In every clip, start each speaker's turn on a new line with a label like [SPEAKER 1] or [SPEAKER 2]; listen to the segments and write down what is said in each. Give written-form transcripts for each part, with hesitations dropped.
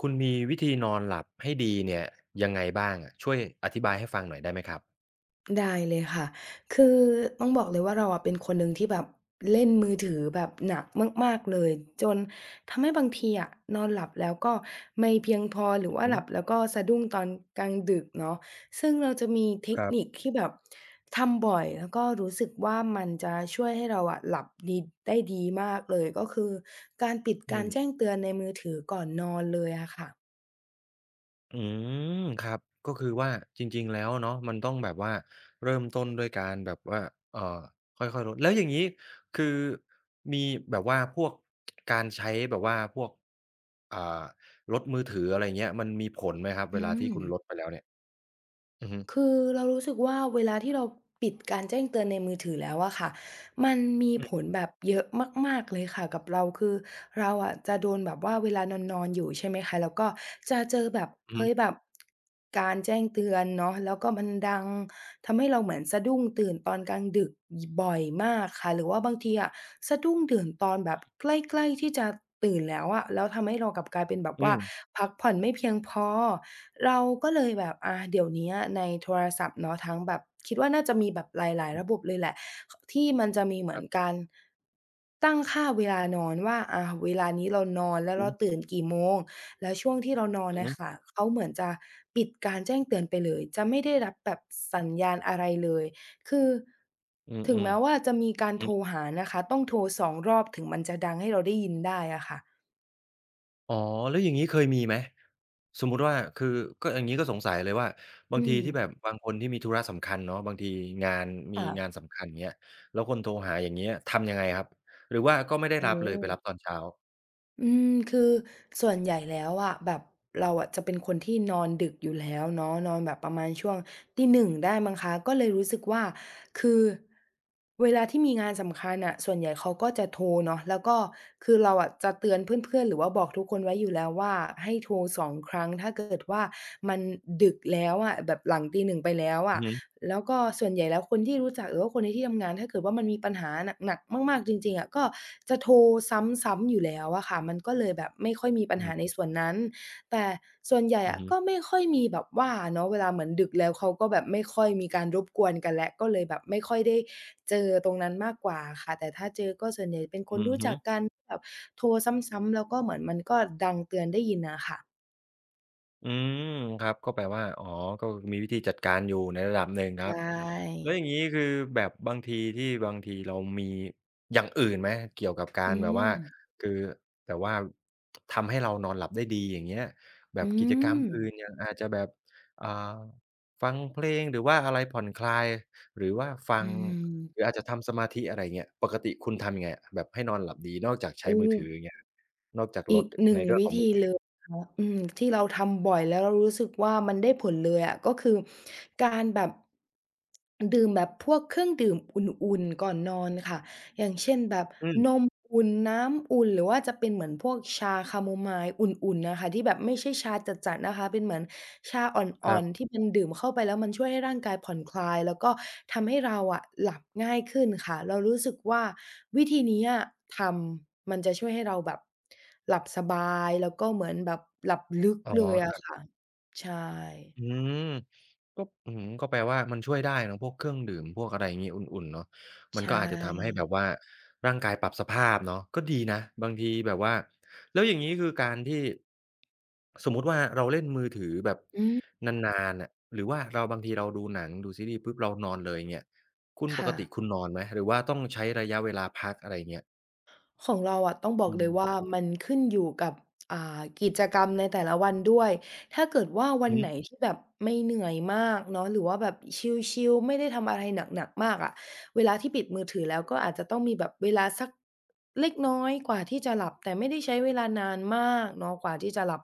[SPEAKER 1] คุณมีวิธีนอนหลับให้ดีเนี่ยยังไงบ้างอะช่วยอธิบายให้ฟังหน่อยได้ไหมครับ
[SPEAKER 2] ได้เลยค่ะ คือต้องบอกเลยว่าเราอะเป็นคนหนึ่งที่แบบเล่นมือถือแบบหนักมากๆเลยจนทำให้บางทีอะนอนหลับแล้วก็ไม่เพียงพอหรือ
[SPEAKER 1] อือ
[SPEAKER 2] ว่า
[SPEAKER 1] ฮึ
[SPEAKER 2] หลับแล้วก็สะดุ้งตอนกลางดึกเนาะซึ่งเราจะมีเทค
[SPEAKER 1] ครั
[SPEAKER 2] นิค
[SPEAKER 1] บ
[SPEAKER 2] ที่แบบทำบ่อยแล้วก็รู้สึกว่ามันจะช่วยให้เราอะหลับดีได้ดีมากเลยก็คือการปิด
[SPEAKER 1] อื
[SPEAKER 2] การแจ้
[SPEAKER 1] ม
[SPEAKER 2] งเตือนในมือถือก่อนนอนเลยอะค่ะ
[SPEAKER 1] อืมครับก็คือว่าจริงๆแล้วเนาะมันต้องแบบว่าเริ่มต้นด้วยการแบบว่าเอ่อค่อยๆลดแล้วอย่างงี้คือมีแบบว่าพวกการใช้แบบว่าพวกอ่าลดมือถืออะไรเงี้ยมันมีผลไหมครับ
[SPEAKER 2] อื
[SPEAKER 1] เวลาที่
[SPEAKER 2] ม
[SPEAKER 1] คุณลดไปแล้วเนี่ยอือฮึ
[SPEAKER 2] คือเรารู้สึกว่าเวลาที่เราปิดการแจ้งเตือนในมือถือแล้วอะค่ะมันมี
[SPEAKER 1] อื
[SPEAKER 2] ผล
[SPEAKER 1] อ
[SPEAKER 2] แบบเยอะมากๆเลยค่ะกับเราคือเราอะจะโดนแบบว่าเวลานอนๆอยู่ใช่ไหมคะแล้วก็จะเจอแบบ
[SPEAKER 1] อือฮึ
[SPEAKER 2] เฮ้ยแบบการแจ้งเตือนเนาะแล้วก็มันดัง ทำให้เราเหมือนสะดุ้งตื่นตอนกลางดึกบ่อยมากค่ะหรือว่าบางทีอะสะดุ้งตื่นตอนแบบใกล้ๆที่จะตื่นแล้วอะแล้วทำให้เรากลับกลายเป็นแบบ
[SPEAKER 1] อื
[SPEAKER 2] ว่า
[SPEAKER 1] ม
[SPEAKER 2] พักผ่อนไม่เพียงพอเราก็เลยแบบเดี๋ยวเนี้ยในโทรศัพท์เนาะทั้งแบบคิดว่าน่าจะมีแบบหลาย
[SPEAKER 1] อื
[SPEAKER 2] ๆระบบ
[SPEAKER 1] อ
[SPEAKER 2] เลยแหละขที่มันจะมีเห
[SPEAKER 1] ค
[SPEAKER 2] มือ
[SPEAKER 1] รั
[SPEAKER 2] น
[SPEAKER 1] บ
[SPEAKER 2] การตั้งค่าเวลานอนว่าเวลานี้เรานอนแล้ว
[SPEAKER 1] อือ
[SPEAKER 2] เรา
[SPEAKER 1] ฮึ
[SPEAKER 2] ตื่นกี่โมง แล้วช่วงที่เรานอน
[SPEAKER 1] อือ
[SPEAKER 2] น่ะ
[SPEAKER 1] ฮึ
[SPEAKER 2] ค่ะเขาเหมือนจะปิดการแจ้งเตือนไปเลยจะไม่ได้รับแบบสัญญาณอะไรเลยคือ
[SPEAKER 1] อืมๆ
[SPEAKER 2] ถึง
[SPEAKER 1] อือ
[SPEAKER 2] แม้ว่าจะมีการ
[SPEAKER 1] ฮึ
[SPEAKER 2] โทรหานะคะต้องโทรสองรอบถึงมันจะดังให้เราได้ยินได้อะค่ะ
[SPEAKER 1] อ๋อแล้วอย่างงี้เคยมีไหมสมมุติว่าคือก็อย่างงี้ก็สงสัยเลยว่าบา
[SPEAKER 2] อื
[SPEAKER 1] งที
[SPEAKER 2] ม
[SPEAKER 1] ที่แบบบางคนที่มีธุระสำคัญเนาะบางทีงานมี
[SPEAKER 2] ค่ะ
[SPEAKER 1] งานสำคัญอย่างเงี้ยแล้วคนโทรหาอย่างเงี้ยทำยังไงครับหรือว่าก็ไม่ได้
[SPEAKER 2] โอ้
[SPEAKER 1] รั
[SPEAKER 2] โฮ
[SPEAKER 1] บเลยไปรับตอนเช้า
[SPEAKER 2] อืมคือส่วนใหญ่แล้วอะแบบเราอะจะเป็นคนที่นอนดึกอยู่แล้วเนาะนอนแบบประมาณช่วงตี1ได้มั้งคะก็เลยรู้สึกว่าคือเวลาที่มีงานสำคัญน่ะส่วนใหญ่เขาก็จะโทรเนาะแล้วก็คือเราอะจะเตือนเพื่อนๆหรือว่าบอกทุกคนไว้อยู่แล้วว่าให้โทรสองครั้งถ้าเกิดว่ามันดึกแล้วอะแบบหลังตี1ไปแล้ว
[SPEAKER 1] อื
[SPEAKER 2] อะ
[SPEAKER 1] อฮึ
[SPEAKER 2] แล้วก็ส่วนใหญ่แล้วคนที่รู้จักหรือว่าคนในที่ทำงานถ้าเกิดว่ามันมีปัญหาหนักๆมากๆจริงๆอะก็จะโทรซ้ำๆอยู่แล้วอะค่ะมันก็เลยแบบไม่ค่อยมีปัญ
[SPEAKER 1] อื
[SPEAKER 2] หาใน
[SPEAKER 1] ม
[SPEAKER 2] ส่วนนั้นแต่ส่วนใหญ่
[SPEAKER 1] อือ
[SPEAKER 2] อะ
[SPEAKER 1] ฮึ
[SPEAKER 2] ก็ไม่ค่อยมีแบบว่าเนาะเวลาเหมือนดึกแล้วเขาก็แบบไม่ค่อยมีการรบกวนกันแล้วก็เลยแบบไม่ค่อยได้เจอตรงนั้นมากกว่าค่ะแต่ถ้าเจอก็ส่วนใหญ่เป็นค
[SPEAKER 1] อื
[SPEAKER 2] น
[SPEAKER 1] อ
[SPEAKER 2] รู้
[SPEAKER 1] ฮึ
[SPEAKER 2] จักกันแบบโทรซ้ำๆแล้วก็เหมือนมันก็ดังเตือนได้ยินอะค่ะ
[SPEAKER 1] อืมครับก็แปลว่าอ๋อก็มีวิธีจัดการอยู่ในระดับหนึ่ง
[SPEAKER 2] ใช
[SPEAKER 1] นะครับ
[SPEAKER 2] ่
[SPEAKER 1] แล้วอย่างงี้คือแบบบางทีที่บางทีเรามีอย่างอื่นไหมเกี่ยวกับกา
[SPEAKER 2] อื
[SPEAKER 1] รแบบว่า
[SPEAKER 2] ม
[SPEAKER 1] คือแบบว่าทำให้เรานอนหลับได้ดีอย่างเงี้ยแบบ
[SPEAKER 2] อื
[SPEAKER 1] กิจกรรม
[SPEAKER 2] ม
[SPEAKER 1] อื่นอย่างอาจจะแบบอ่าฟังเพลงหรือว่าอะไรผ่อนคลายหรือว่าฟั
[SPEAKER 2] อื
[SPEAKER 1] งหรือ
[SPEAKER 2] ม
[SPEAKER 1] อาจจะทำสมาธิอะไรเงี้ยปกติคุณทำยังไงอะแบบให้นอนหลับดีนอกจากใช้
[SPEAKER 2] โอ้
[SPEAKER 1] มือถืออย่างเงี้ยนอกจากล
[SPEAKER 2] อี
[SPEAKER 1] ด
[SPEAKER 2] กหนึ่
[SPEAKER 1] ใน
[SPEAKER 2] ง
[SPEAKER 1] เรื่อง
[SPEAKER 2] วิ
[SPEAKER 1] ของมื
[SPEAKER 2] ธีเล
[SPEAKER 1] อ
[SPEAKER 2] ยค่ะอืมที่เราทำบ่อยแล้วเรารู้สึกว่ามันได้ผลเลยอะก็คือการแบบดื่มแบบพวกเครื่องดื่มอุ่นๆก่อนนอนค่ะ อย่างเช่นแบบ
[SPEAKER 1] อื
[SPEAKER 2] น
[SPEAKER 1] ม
[SPEAKER 2] มอุ่นน้ำอุ่นหรือว่าจะเป็นเหมือนพวกชาแคโมไมล์อุ่นๆน่ะค่ะที่แบบไม่ใช่ชาจัดๆนะคะเป็นเหมือนชาอ
[SPEAKER 1] ค
[SPEAKER 2] ่
[SPEAKER 1] รั
[SPEAKER 2] อนๆ
[SPEAKER 1] บ
[SPEAKER 2] ที่มันดื่มเข้าไปแล้วมันช่วยให้ร่างกายผ่อนคลายแล้วก็ทำให้เราอะหลับง่ายขึ้นค่ะเรารู้สึกว่าวิธีเนี้ยทำมันจะช่วยให้เราแบบหลับสบายแล้วก็เหมือนแบบหลับลึก
[SPEAKER 1] อ๋
[SPEAKER 2] เลยอะ
[SPEAKER 1] อ
[SPEAKER 2] ค่ะใช่
[SPEAKER 1] อืมก็อื้อฮือก็แปลว่ามันช่วยได้เนาะพวกเครื่องดื่มพวกอะไรอย่างงี้อุ่นๆเนาะมั
[SPEAKER 2] ใช
[SPEAKER 1] นก็อาจจะทำให้
[SPEAKER 2] ่
[SPEAKER 1] แบบว่าร่างกายปรับสภาพเนาะก็ดีนะบางทีแบบว่าแล้วอย่างงี้คือการที่สมมุติว่าเราเล่นมือถือแบบ
[SPEAKER 2] อืม
[SPEAKER 1] นานๆน่ะหรือว่าเราบางทีเราดูหนังดูซีรีส์ปุ๊บเรานอนเลยอย่างเงี้ยคุณปก
[SPEAKER 2] ค่ะ
[SPEAKER 1] ติคุณนอนไหมหรือว่าต้องใช้ระยะเวลาพักอะไรอย่างเงี้ย
[SPEAKER 2] ของเราอะต้องบอก
[SPEAKER 1] อื
[SPEAKER 2] เลยว่า
[SPEAKER 1] ม
[SPEAKER 2] มันขึ้นอยู่กับกิจกรรมในแต่ละวันด้วยถ้าเกิดว่าวั
[SPEAKER 1] อื
[SPEAKER 2] น
[SPEAKER 1] อฮึ
[SPEAKER 2] ไหนที่แบบไม่เหนื่อยมากเนาะหรือว่าแบบชิลๆไม่ได้ทำอะไรหนักๆมากอะเวลาที่ปิดมือถือแล้วก็อาจจะต้องมีแบบเวลาสักเล็กน้อยกว่าที่จะหลับแต่ไม่ได้ใช้เวลานานมากเนาะกว่าที่จะหลับ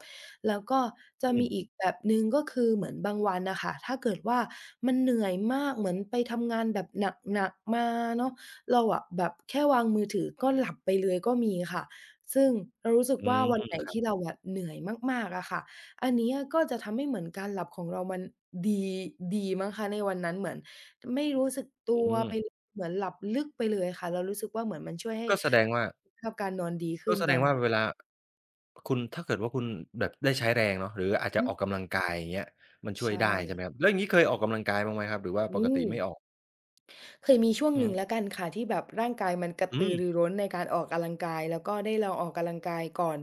[SPEAKER 2] แล้วก็จะ
[SPEAKER 1] อื
[SPEAKER 2] มีอีก
[SPEAKER 1] ม
[SPEAKER 2] แบบหนึ่งก็คือเหมือนบางวันน่ะค่ะถ้าเกิดว่ามันเหนื่อยมากเหมือนไปทำงานแบบหนักๆมาเนาะ เราอะแบบแค่วางมือถือก็หลับไปเลยก็มีค่ะซึ่งเรารู้สึก
[SPEAKER 1] อื
[SPEAKER 2] ว่า
[SPEAKER 1] ม
[SPEAKER 2] วันไหน
[SPEAKER 1] ครั
[SPEAKER 2] ที่
[SPEAKER 1] บ
[SPEAKER 2] เราอะเหนื่อยมากๆอะค่ะอันเนี้ยก็จะทำให้เหมือนการหลับของเรามันดีดีมั้งคะในวันนั้นเหมือนไม่รู้สึกตั
[SPEAKER 1] อื
[SPEAKER 2] ว
[SPEAKER 1] ม
[SPEAKER 2] ไปเหมือนหลับลึกไปเลยค่ะเรารู้สึกว่าเหมือนมันช่วยให้
[SPEAKER 1] ก็แสดงว่า ก็แสดงว่าเวลาคุณถ้าเกิดว่าคุณแบบได้ใช้แรงเนาะหรืออาจจะ
[SPEAKER 2] อือ
[SPEAKER 1] ออกกำลังกายอย่างเงี้ยมันช่วย
[SPEAKER 2] ใช่
[SPEAKER 1] ได้ใช่ไหมครับแล้วอย่างงี้เคยออกกำลังกายบ้างไหมครับหรือว่าป
[SPEAKER 2] อื
[SPEAKER 1] กติ
[SPEAKER 2] ม
[SPEAKER 1] ไม่ออก
[SPEAKER 2] เคยมีช่วง
[SPEAKER 1] อือ
[SPEAKER 2] หนึ่งแล้วกันค่ะที่แบบร่างกายมันกระ
[SPEAKER 1] อื
[SPEAKER 2] ตือ
[SPEAKER 1] ม
[SPEAKER 2] รือร้นในการออกกำลังกายแล้วก็ได้ลองออกกำลังกายก่อน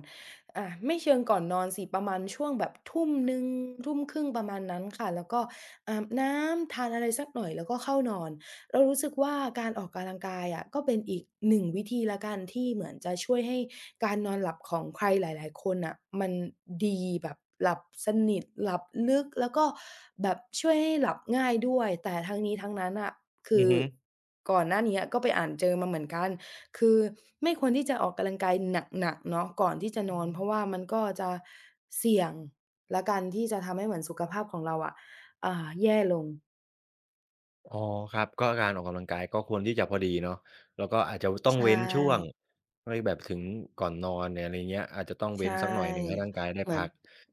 [SPEAKER 2] ไม่เชิงก่อนนอนสิประมาณช่วงแบบทุ่มหนึ่งทุ่มครึ่งประมาณนั้นค่ะแล้วก็อาบน้ำทานอะไรสักหน่อยแล้วก็เข้านอน เรารู้สึกว่าการออกกำลังกายอะก็เป็นอีกหนึ่งวิธีละกันที่เหมือนจะช่วยให้การนอนหลับของใครหลายๆคนน่ะมันดีแบบหลับสนิทหลับลึกแล้วก็แบบช่วยให้หลับง่ายด้วยแต่ทั้งนี้ทั้งนั้นน่ะ
[SPEAKER 1] อื
[SPEAKER 2] คื
[SPEAKER 1] อ
[SPEAKER 2] อ
[SPEAKER 1] ฮึ
[SPEAKER 2] ก่อนหน้าเนี้ยก็ไปอ่านเจอมาเหมือนกันคือไม่ควรที่จะออกกำลังกายหนักๆเนาะก่อนที่จะนอนเพราะมว่ามันก็จะเสี่ยงละกันที่จะทำให้เหมือนสุขภาพของเราอะแย่ลง
[SPEAKER 1] อ๋อครับก็การออกกำลังกายก็ควรที่จะพอดีเนาะแล้วก็อาจจะต้อง
[SPEAKER 2] ใช่
[SPEAKER 1] เว้นช่วงไม่แบบถึงก่อนนอนเนี่ยอะไรเงี้ยอาจจะต้อง
[SPEAKER 2] ใช
[SPEAKER 1] เว้นสักหน่อยหนึ่งให้
[SPEAKER 2] ่
[SPEAKER 1] ร่างกายได้
[SPEAKER 2] เหมือน
[SPEAKER 1] พัก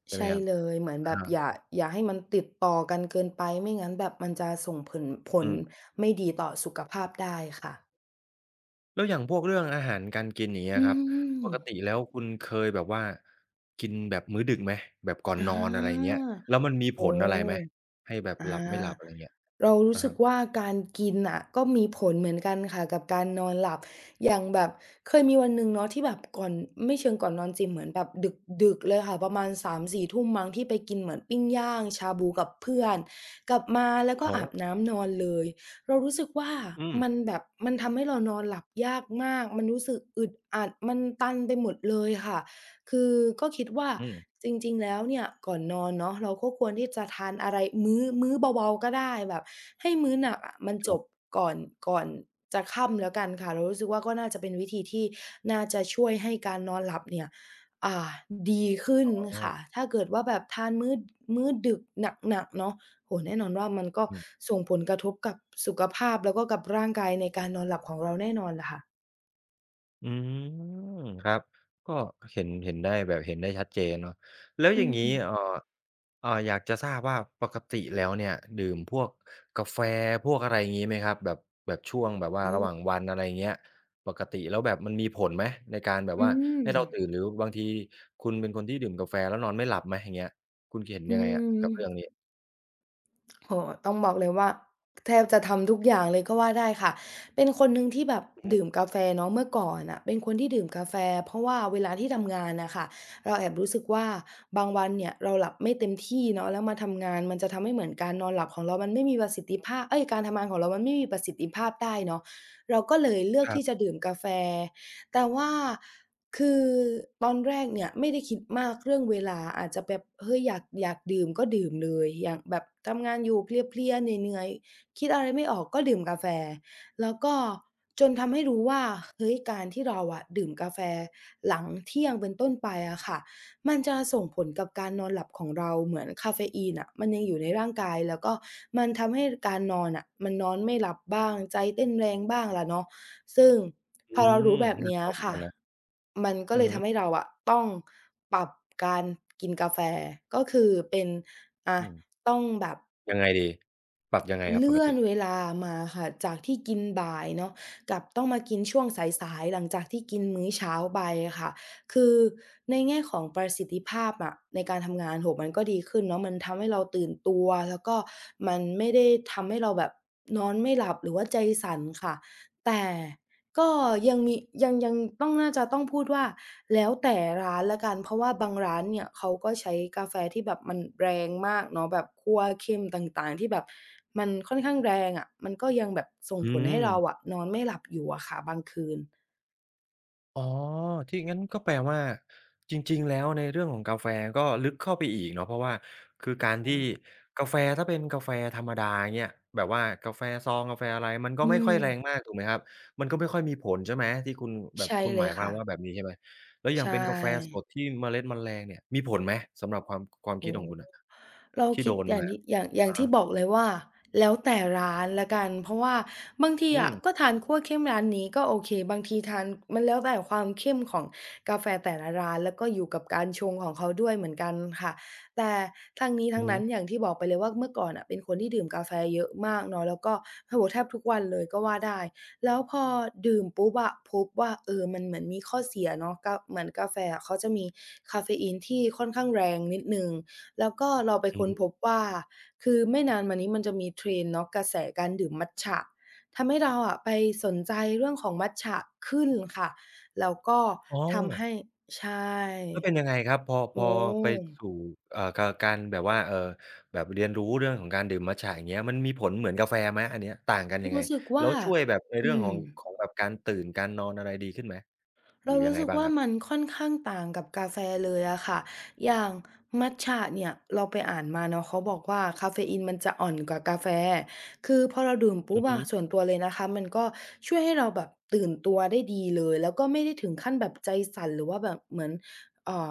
[SPEAKER 1] ใช่ไหม
[SPEAKER 2] ใช่
[SPEAKER 1] ครับ
[SPEAKER 2] เลยเหมือนแบ
[SPEAKER 1] อะ
[SPEAKER 2] บอย่า
[SPEAKER 1] ฮะ
[SPEAKER 2] อย่าให้มันติดต่อกันเกินไปไม่งั้นแบบมันจะส่งผล
[SPEAKER 1] อืม
[SPEAKER 2] ไม่ดีต่อสุขภาพได้ค่ะ
[SPEAKER 1] แล้วอย่างพวกเรื่องอาหารการกินอย่างเงี้ย
[SPEAKER 2] อื
[SPEAKER 1] ครับ
[SPEAKER 2] ม
[SPEAKER 1] ปกติแล้วคุณเคยแบบว่ากินแบบมื้อดึกไหมแบบก่อนน
[SPEAKER 2] อา
[SPEAKER 1] อนอะไรอย่างเงี้ยแล้วมันมีผ
[SPEAKER 2] โอ้
[SPEAKER 1] ลอะไรไหมให้แบบห
[SPEAKER 2] อา
[SPEAKER 1] ลับไม่หลับอะไรเงี้ย
[SPEAKER 2] เรารู้
[SPEAKER 1] อะ
[SPEAKER 2] สึก
[SPEAKER 1] ฮะ
[SPEAKER 2] ว่าการกินน่ะก็มีผลเหมือนกันค่ะกับการนอนหลับอย่างแบบเคยมีวันหนึ่งเนาะที่แบบก่อนไม่เชิงก่อนนอนสิเหมือนแบบดึกๆเลยค่ะประมาณ3-4ทุ่มมั้งที่ไปกินเหมือนปิ้งย่างชาบูกับเพื่อนกลับมาแล้วก็
[SPEAKER 1] อ๋อ
[SPEAKER 2] อาบน้ำนอนเลยเรารู้สึกว่า
[SPEAKER 1] อืม
[SPEAKER 2] มันแบบมันทำให้เรานอนหลับยากมากมันรู้สึกอึดอัดมันตันไปหมดเลยค่ะ คือก็คิดว่า
[SPEAKER 1] อืม
[SPEAKER 2] จริงๆแล้วเนี่ยก่อนนอนเนาะเราก็ควรที่จะทานอะไรมื้อเบาๆก็ได้แบบให้มื้อหนักอะมัน
[SPEAKER 1] ค
[SPEAKER 2] จ
[SPEAKER 1] รั
[SPEAKER 2] บ
[SPEAKER 1] บ
[SPEAKER 2] ก่อนก่อนจะค่ำแล้วกันค่ะเรารู้สึกว่าก็น่าจะเป็นวิธีที่น่าจะช่วยให้การนอนหลับเนี่ยอ่าดีขึ้น
[SPEAKER 1] อ๋อ
[SPEAKER 2] ค่ะถ้าเกิดว่าแบบทานมื้อดึกหนักๆเนาะโอ้โฮแน่นอนว่ามันก็
[SPEAKER 1] อืม
[SPEAKER 2] ส่งผลกระทบกับสุขภาพแล้วก็กับร่างกายในการนอนหลับของเราแน่นอนล่ะค่ะ
[SPEAKER 1] อืมครับก็เห็นเห็นได้แบบเห็นได้ชัดเจนเนาะแล้ว
[SPEAKER 2] อื
[SPEAKER 1] อย่างงี้
[SPEAKER 2] ม
[SPEAKER 1] เอ่ออยากจะทราบว่าปกติแล้วเนี่ยดื่มพวกกาแฟพวกอะไรงี้ไหมครับแบบแบบช่วงแบบว่า
[SPEAKER 2] อื
[SPEAKER 1] ระหว่าง
[SPEAKER 2] ม
[SPEAKER 1] วันอะไรเงี้ยปกติแล้วแบบมันมีผลไหมในการแบบ
[SPEAKER 2] อื
[SPEAKER 1] ว่า
[SPEAKER 2] ม
[SPEAKER 1] ให้เราตื่นหรือบางทีคุณเป็นคนที่ดื่มกาแฟแล้วนอนไม่หลับไหมอย่างเงี้ยคุณเห็น
[SPEAKER 2] อื
[SPEAKER 1] ยังไงอะ
[SPEAKER 2] ม
[SPEAKER 1] กับเรื่องนี้
[SPEAKER 2] โอ้โฮต้องบอกเลยว่าแทบจะทำทุกอย่างเลยก็ว่าได้ค่ะเป็นคนหนึ่งที่แบบดื่มกาแฟเนาะเมื่อก่อนน่ะเป็นคนที่ดื่มกาแฟเพราะว่าเวลาที่ทำงานน่ะค่ะเราแอบรู้สึกว่าบางวันเนี่ยเราหลับไม่เต็มที่เนาะแล้วมาทำงานมันจะทำให้เหมือนการนอนหลับของเรามันไม่มีประสิทธิภาพเอ๊ยการทำงานของเรามันไม่มีประสิทธิภาพได้เนาะเราก็เลยเลือก
[SPEAKER 1] ครั
[SPEAKER 2] ที่จะ
[SPEAKER 1] บ
[SPEAKER 2] ดื่มกาแฟแต่ว่า คือตอนแรกเนี่ยไม่ได้คิดมากเรื่องเวลาอาจจะแบบเฮ้ยอยากดื่มก็ดื่มเลยอยากแบบทำงานอยู่เพลียๆเหนื่อยๆคิดอะไรไม่ออกก็ดื่มกาแฟแล้วก็จนทำให้รู้ว่าเฮ้ยการที่เราอะดื่มกาแฟหลังเที่ยงเป็นต้นไปอะค่ะมันจะส่งผลกับการนอนหลับของเราเหมือนกาเฟอีนน่ะมันยังอยู่ในร่างกายแล้วก็มันทำให้การนอนน่ะมันนอนไม่หลับบ้างใจเต้นแรงบ้างล่ะเนาะซึ่ง
[SPEAKER 1] อื
[SPEAKER 2] พอเรา
[SPEAKER 1] ม
[SPEAKER 2] รู้แบบ
[SPEAKER 1] น่า
[SPEAKER 2] เนี้ย
[SPEAKER 1] กลัวเหมือน
[SPEAKER 2] ค่ะ
[SPEAKER 1] กันนะ
[SPEAKER 2] มันก็
[SPEAKER 1] อื
[SPEAKER 2] เล
[SPEAKER 1] อ
[SPEAKER 2] ย
[SPEAKER 1] ฮึ
[SPEAKER 2] ทำให้เราอะต้องปรับการกินกาแฟก็คือเป็นอะ
[SPEAKER 1] อืม
[SPEAKER 2] ต้องแบบ
[SPEAKER 1] ยังไงดีปรับยังไงครับปก
[SPEAKER 2] เลื่อ
[SPEAKER 1] ติ
[SPEAKER 2] นเวลามาค่ะจากที่กินบ่ายเนาะกลับต้องมากินช่วงสายๆหลังจากที่กินมื้อเช้าไปอะค่ะคือในแง่ของประสิทธิภาพอะในการทำงานโอ้โฮมันก็ดีขึ้นเนาะมันทำให้เราตื่นตัวแล้วก็มันไม่ได้ทำให้เราแบบนอนไม่หลับหรือว่าใจสั่นค่ะแต่ ก็ยังมียังต้องน่าจะต้องพูดว่าแล้วแต่ร้านแล้วกันเพราะว่าบางร้านเนี่ยเขาก็ใช้กาแฟที่แบบมันแรงมากเนาะแบบคั่วเข้มต่างๆที่แบบมันค่อนข้างแรงอะมันก็ยังแบบส่ง
[SPEAKER 1] อื
[SPEAKER 2] ผลให้
[SPEAKER 1] ม
[SPEAKER 2] เราอะนอนไม่หลับอยู่อะค่ะบางคืน
[SPEAKER 1] อ๋อที่งั้นก็แปลว่าจริงๆแล้วในเรื่องของกาแฟก็ลึกเข้าไปอีกเนาะเพราะว่าคือการ
[SPEAKER 2] ใช่
[SPEAKER 1] ที่กาแฟถ้าเป็นกาแฟธรรมดาเงี้ยแบบว่ากาแฟซองกาแฟอะไรมันก็
[SPEAKER 2] อื
[SPEAKER 1] ไม่ค่อ
[SPEAKER 2] ม
[SPEAKER 1] ยแรงมากถูกไหมครับมันก็ไม่ค่อยมีผลใช่ไหมที่คุณแบบ
[SPEAKER 2] ใช่
[SPEAKER 1] คุณ
[SPEAKER 2] เล
[SPEAKER 1] หมา
[SPEAKER 2] ย
[SPEAKER 1] ยความ
[SPEAKER 2] ค่ะ
[SPEAKER 1] ว่าแบบนี้ใช่ไหมแล้วอย่าง
[SPEAKER 2] ใช่
[SPEAKER 1] เป็นกาแฟสดที่เมล็ดมันแรงเนี่ยมีผลไหมสำหรับความความคิ
[SPEAKER 2] โอ้
[SPEAKER 1] ดของคุณอะ
[SPEAKER 2] เรา
[SPEAKER 1] ที่
[SPEAKER 2] คิ
[SPEAKER 1] โด
[SPEAKER 2] ด
[SPEAKER 1] น
[SPEAKER 2] อย่าง
[SPEAKER 1] มา
[SPEAKER 2] ที่อย่างอย่าง
[SPEAKER 1] อะ
[SPEAKER 2] ที่
[SPEAKER 1] ฮะ
[SPEAKER 2] บอกเลยว่าแล้วแต่ร้านแล้วกันเพราะว่าบางที
[SPEAKER 1] อื
[SPEAKER 2] อะ
[SPEAKER 1] ม
[SPEAKER 2] ก็ทานคั่วเข้มร้านนี้ก็โอเคบางทีทานมันแล้วแต่ความเข้มของกาแฟแต่ละร้านแล้วก็อยู่กับการชงของเขาด้วยเหมือนกันค่ะแต่ทั้งนี้
[SPEAKER 1] อื
[SPEAKER 2] ทั้
[SPEAKER 1] อ
[SPEAKER 2] ง
[SPEAKER 1] ฮึ
[SPEAKER 2] นั้นอย่างที่บอกไปเลยว่าเมื่อก่อนน่ะเป็นคนที่ดื่มกาแฟเยอะมากเนาะแล้วก็โอ้โฮแทบทุกวันเลยก็ว่าได้แล้วพอดื่มปุ๊บอะพบว่าเออมันเหมือนมีข้อเสียเนาะกาเหมือนกาแฟอะเขาจะมีกาเฟอีนที่ค่อนข้างแรงนิดหนึ่ง แล้วก็เราไป
[SPEAKER 1] อือ
[SPEAKER 2] ค้น
[SPEAKER 1] ฮึ
[SPEAKER 2] พบว่าคือไม่นานมานี้มันจะมี trend เนาะกระแสการดื่มมัตจะทำให้เราอะไปสนใจเรื่องของมัตจะขึ้นค่ะแล้วก็
[SPEAKER 1] อ๋อ
[SPEAKER 2] ทำให้ใช่
[SPEAKER 1] แล้วเป็นยังไงครับพอพอ
[SPEAKER 2] โอ้
[SPEAKER 1] ไปสู่กาการแบบว่าแบบเรียนรู้เรื่องของการดื่มมัตจะอย่างเงี้ยมันมีผลเหมือนกาแฟไหมอันเนี้ยต่างกันยังไง
[SPEAKER 2] รู้สึก
[SPEAKER 1] แล้
[SPEAKER 2] ว่า
[SPEAKER 1] วช่วยแบบใน
[SPEAKER 2] อื
[SPEAKER 1] เรื่องข
[SPEAKER 2] ม
[SPEAKER 1] องของแบบการตื่นการนอนอะไรดีขึ้นไหมห
[SPEAKER 2] เรา
[SPEAKER 1] รือยั
[SPEAKER 2] รู้
[SPEAKER 1] งไง
[SPEAKER 2] สึก
[SPEAKER 1] บ้าง
[SPEAKER 2] ว่า
[SPEAKER 1] ครั
[SPEAKER 2] มัน
[SPEAKER 1] บ
[SPEAKER 2] ค่อนข้างต่างกับกาแฟเลยอะค่ะอย่างมัตจะเนี่ยเราไปอ่านมาเนาะเขาบอกว่าคาเฟอีนมันจะอ่อนกว่ากาแฟคือพอเราดื่ม
[SPEAKER 1] อื
[SPEAKER 2] ปุ๊บ
[SPEAKER 1] อฮึ
[SPEAKER 2] อะส่วนตัวเลยนะคะมันก็ช่วยให้เราแบบตื่นตัวได้ดีเลยแล้วก็ไม่ได้ถึงขั้นแบบใจสั่นหรือว่าแบบเหมือนเอ่อ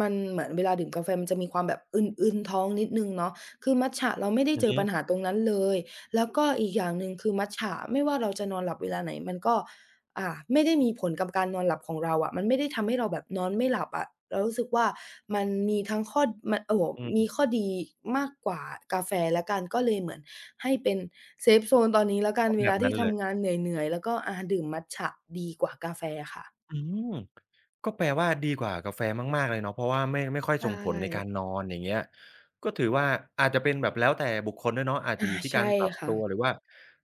[SPEAKER 2] มันเหมือนเวลาดื่มกาแฟมันจะมีความแบบอึนๆท้องนิดหนึ่งเนาะคือมัตจะเราไม่ได้
[SPEAKER 1] อื
[SPEAKER 2] เจ
[SPEAKER 1] อ
[SPEAKER 2] อ
[SPEAKER 1] ฮึ
[SPEAKER 2] ปัญหาตรงนั้นเลยแล้วก็อีกอย่างหนึ่งคือมัตจะไม่ว่าเราจะนอนหลับเวลาไหนมันก็ อ่าไม่ได้มีผลกับการนอนหลับของเราอะมันไม่ได้ทำให้เราแบบนอนไม่หลับอะเรารู้สึกว่ามันมีทั้งข้อมันโอ้โฮ
[SPEAKER 1] อื
[SPEAKER 2] มี
[SPEAKER 1] ม
[SPEAKER 2] ข้อดีมากกว่ากาแฟแล้วกันก็เลยเหมือนให้เป็นเซฟโซนตอนนี้แล้วกัน
[SPEAKER 1] อ๋อ
[SPEAKER 2] เว
[SPEAKER 1] แบ
[SPEAKER 2] ลา
[SPEAKER 1] บ
[SPEAKER 2] ที่
[SPEAKER 1] นั้นเลย
[SPEAKER 2] ทำงานเหนื่อยๆแล้วก็อาดื่มมัตจะดีกว่ากาแฟค่ะ
[SPEAKER 1] อืม ก็แปลว่าดีกว่ากาแฟมากๆเลยเนาะเพราะว่าไม่ค่อย
[SPEAKER 2] ใช
[SPEAKER 1] ส่งผลในการ
[SPEAKER 2] ่
[SPEAKER 1] นอนอย่างเงี้ยก็ถือว่าอาจจะเป็นแบบแล้วแต่บุคคลด้วยเนาะอาจจะ
[SPEAKER 2] อา
[SPEAKER 1] อยู่ที่กา
[SPEAKER 2] ใช่
[SPEAKER 1] รปรับ
[SPEAKER 2] ค่ะ
[SPEAKER 1] ตัวหรือว่า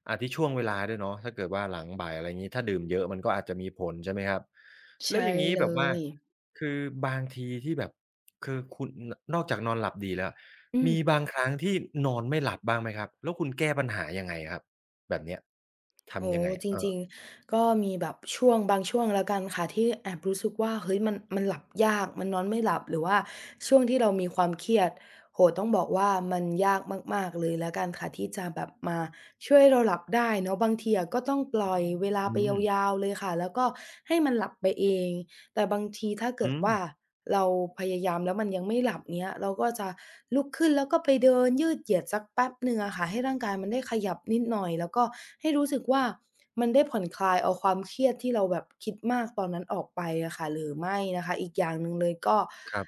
[SPEAKER 1] อาจที่ช่วงเวลาด้วยเนาะถ้าเกิดว่าหลังบ่ายอะไรงี้ถ้าดื่มเยอะมันก็อาจจะมีผลใช่ไหมครับแล้ว
[SPEAKER 2] ใช่
[SPEAKER 1] อย่างงี้
[SPEAKER 2] เล
[SPEAKER 1] แบบว่า
[SPEAKER 2] ย
[SPEAKER 1] คือบางทีที่แบบคือคุณนอกจากนอนหลับดีแล้ว
[SPEAKER 2] อืม
[SPEAKER 1] มีบางครั้งที่นอนไม่หลับบ้างไหมครับแล้วคุณแก้ปัญหายังไงครับแบบเนี้ย
[SPEAKER 2] โอ้
[SPEAKER 1] ทำยัง
[SPEAKER 2] โฮ
[SPEAKER 1] ไง
[SPEAKER 2] จริงๆก็มีแบบช่วงบางช่วงแล้วกันค่ะที่แอบรู้สึกว่าเฮ้ยมันหลับยากมันนอนไม่หลับหรือว่าช่วงที่เรามีความเครียดโอ้โฮต้องบอกว่ามันยากมากๆเลยแล้วกันค่ะที่จะแบบมาช่วยให้เราหลับได้เนาะบางทีอะก็ต้องปล่อยเวลา
[SPEAKER 1] อื
[SPEAKER 2] ไป
[SPEAKER 1] ม
[SPEAKER 2] ยาวๆเลยค่ะแล้วก็ให้มันหลับไปเองแต่บางทีถ้า
[SPEAKER 1] อื
[SPEAKER 2] เกิด
[SPEAKER 1] ม
[SPEAKER 2] ว่า เราพยายามแล้วมันยังไม่หลับเนี้ยเราก็จะลุกขึ้นแล้วก็ไปเดินยืดเหยียดสักแป๊บหนึ่งอะค่ะให้ร่างกายมันได้ขยับนิดหน่อยแล้วก็ให้รู้สึกว่ามันได้ผ่อนคลายเอาความเครียดที่เราแบบคิดมากตอนนั้นออกไปอะค่ะหรือไม่นะคะอีกอย่างหนึ่งเลยก็
[SPEAKER 1] ครับ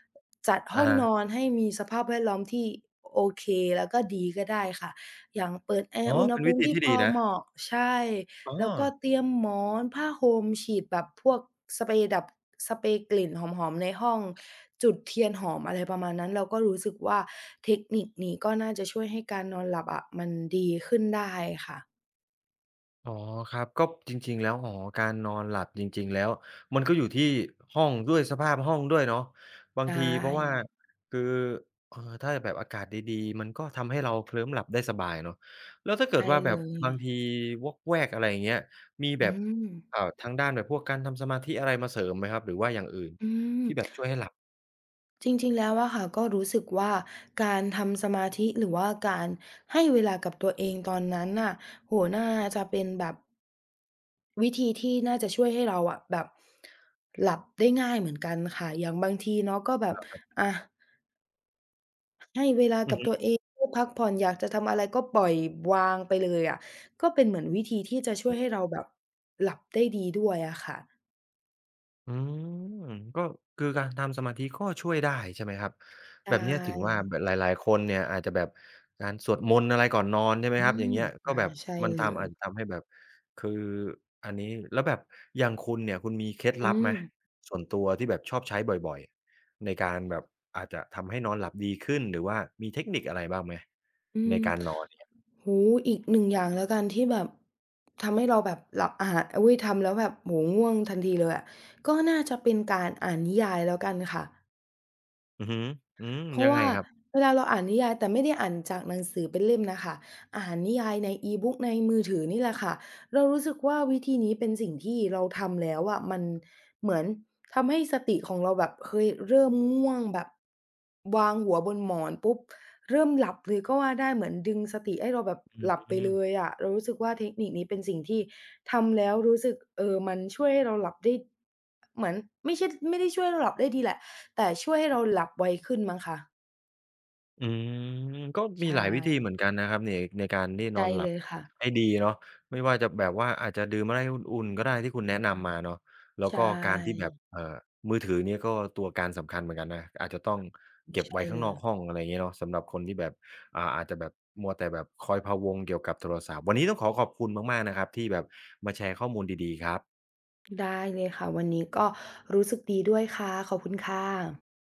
[SPEAKER 2] จัดห้
[SPEAKER 1] อะ
[SPEAKER 2] อง
[SPEAKER 1] ฮะ
[SPEAKER 2] นอนให้มีสภาพแวดล้อมที่โอเคแล้วก็ดีก็ได้ค่ะอย่างเปิดแอ
[SPEAKER 1] อ๋
[SPEAKER 2] ร์
[SPEAKER 1] อ
[SPEAKER 2] อุณห
[SPEAKER 1] เป็น
[SPEAKER 2] ภู
[SPEAKER 1] วิ
[SPEAKER 2] มิ
[SPEAKER 1] ธี
[SPEAKER 2] ที่
[SPEAKER 1] ที่
[SPEAKER 2] พ
[SPEAKER 1] ดี
[SPEAKER 2] อ
[SPEAKER 1] นะ
[SPEAKER 2] เหมาะใช่
[SPEAKER 1] อ๋อ
[SPEAKER 2] แล้วก็เตรียมหมอนผ้าห่มฉีดแบบพวกสเปรย์ดับสเปรย์กลิ่นหอมๆในห้องจุดเทียนหอมอะไรประมาณนั้นเราก็รู้สึกว่าเทคนิคนี้ก็น่าจะช่วยให้การนอนหลับอะมันดีขึ้นได้ค่ะ
[SPEAKER 1] อ๋อครับก็จริงๆแล้วอ๋อการนอนหลับจริงๆแล้วมันก็อยู่ที่ห้องด้วยสภาพห้องด้วยเนาะบา
[SPEAKER 2] ใช
[SPEAKER 1] งทีเพราะว่า
[SPEAKER 2] ่
[SPEAKER 1] คือถ้าแบบอากาศดีๆมันก็ทำให้เราเคลิ้มหลับได้สบายเนาะแล้วถ้าเกิด
[SPEAKER 2] ใช่
[SPEAKER 1] ว่าแบ
[SPEAKER 2] เล
[SPEAKER 1] บ
[SPEAKER 2] ย
[SPEAKER 1] บางทีวอกแวกอะไรอย่างเงี้ยมี
[SPEAKER 2] อื
[SPEAKER 1] แบบ
[SPEAKER 2] ม
[SPEAKER 1] ทางด้านแบบพวกการทำสมาธิอะไรมาเสริมไหมครับหรือว่าอย่างอื่น
[SPEAKER 2] อืม
[SPEAKER 1] ที่แบบช่วยให้หลับ
[SPEAKER 2] จริงๆแล้วอะค่ะก็รู้สึกว่าการทำสมาธิหรือว่าการให้เวลากับตัวเองตอนนั้นน่ะโอ้โฮน่าจะเป็นแบบ วิธีที่น่าจะช่วยให้เราอะแบบหลับได้ง่ายเหมือนกันค่ะอย่างบางทีเนาะก็แบบอ่ะให้เวลากับตัวเองได้พักผ่อนอยากจะทำอะไรก็ปล่อยวางไปเลยอะก็เป็นเหมือนวิธีที่จะช่วยให้เราแบบหลับได้ดีด้วยอะค่ะ
[SPEAKER 1] อืมก็คือการทำสมาธิก็ช่วยได้ใช่ไหมครับ
[SPEAKER 2] ใช
[SPEAKER 1] แบบเนี้ยถึงว่า
[SPEAKER 2] ่
[SPEAKER 1] แบบหลายๆคนเนี่ยอาจจะแบบการสวดมนต์อะไรก่อนนอนใช่ไหม
[SPEAKER 2] อื
[SPEAKER 1] ครับอย่าง
[SPEAKER 2] ม
[SPEAKER 1] เงี้ยก็
[SPEAKER 2] อา
[SPEAKER 1] แบบ
[SPEAKER 2] ใช่
[SPEAKER 1] มัน
[SPEAKER 2] เล
[SPEAKER 1] ทำ
[SPEAKER 2] ย
[SPEAKER 1] อาจจะทำให้แบบคืออันนี้แล้วแบบอย่างคุณเนี่ยคุณมีเคล็ด
[SPEAKER 2] อื
[SPEAKER 1] ลับไหม
[SPEAKER 2] ม
[SPEAKER 1] ส่วนตัวที่แบบชอบใช้บ่อยๆในการแบบอาจจะทำให้นอนหลับดีขึ้นหรือว่ามีเทคนิคอะไรบ้างไหม
[SPEAKER 2] อื
[SPEAKER 1] ใน
[SPEAKER 2] ม
[SPEAKER 1] การนอนเนี่ย
[SPEAKER 2] โอ้โฮอีกหนึ่งอย่างแล้วกันที่แบบทำให้เราแบบหลับอุ๊ยทำแล้วแบบโอ้โฮง่วงทันทีเลยอะก็น่าจะเป็นการอ่านนิยายแล้วกันค่ะ
[SPEAKER 1] อือฮึอืม
[SPEAKER 2] เพ
[SPEAKER 1] ยั
[SPEAKER 2] ราะ
[SPEAKER 1] งไง
[SPEAKER 2] ว่า
[SPEAKER 1] ครับ
[SPEAKER 2] เวลาเราอ่านนิยายแต่ไม่ได้อ่านจากหนังสือเป็นเล่มน่ะค่ะอ่านนิยายใน E-book ในมือถือนี่แหละค่ะเรารู้สึกว่าวิธีนี้เป็นสิ่งที่เราทำแล้วอะมันเหมือนทำให้สติของเราแบบเฮ้ยเริ่มง่วงแบบวางหัวบนหมอนปุ๊บเริ่มหลับเลยก็ว่าได้เหมือนดึงสติให้เราแบบ
[SPEAKER 1] อื
[SPEAKER 2] ห
[SPEAKER 1] อ
[SPEAKER 2] ลับไป
[SPEAKER 1] ฮึ
[SPEAKER 2] เลยอะเรารู้สึกว่าเทคนิคนี้เป็นสิ่งที่ทำแล้วรู้สึกเออมันช่วยให้เราหลับได้เหมือนไม่ได้ช่วยให้เราหลับได้ดีแหละแต่ช่วยให้เราหลับไวขึ้นมั้งคะ
[SPEAKER 1] อืมก็มี
[SPEAKER 2] ใช่
[SPEAKER 1] หลายวิธีเหมือนกันนะครับเนี่ยในการที่นอ
[SPEAKER 2] ใช่
[SPEAKER 1] นห
[SPEAKER 2] เล
[SPEAKER 1] ลับ
[SPEAKER 2] ยค่ะ
[SPEAKER 1] ให้ดีเนาะไม่ว่าจะแบบว่าอาจจะดื่มอะไรอุ่นๆก็ได้ที่คุณแนะนำมาเนาะแล้ว
[SPEAKER 2] ใช
[SPEAKER 1] ก็การที่
[SPEAKER 2] ่
[SPEAKER 1] แบบมือถือเนี่ยก็ตัวการสำคัญเหมือนกันนะอาจจะต้องเก็บ
[SPEAKER 2] ใช่
[SPEAKER 1] ไว้ข้า
[SPEAKER 2] เล
[SPEAKER 1] งน
[SPEAKER 2] ย
[SPEAKER 1] อกห้องอะไรอย่างงี้เนาะสำหรับคนที่แบบอาจจะแบบมัวแต่แบบคอยพะวงเกี่ยวกับโทรศัพท์วันนี้ต้องขอบคุณมากๆนะครับที่แบบมาแชร์ข้อมูลดีๆครับ
[SPEAKER 2] ได้เลยค่ะวันนี้ก็รู้สึกดีด้วยค่ะขอบคุณค่ะ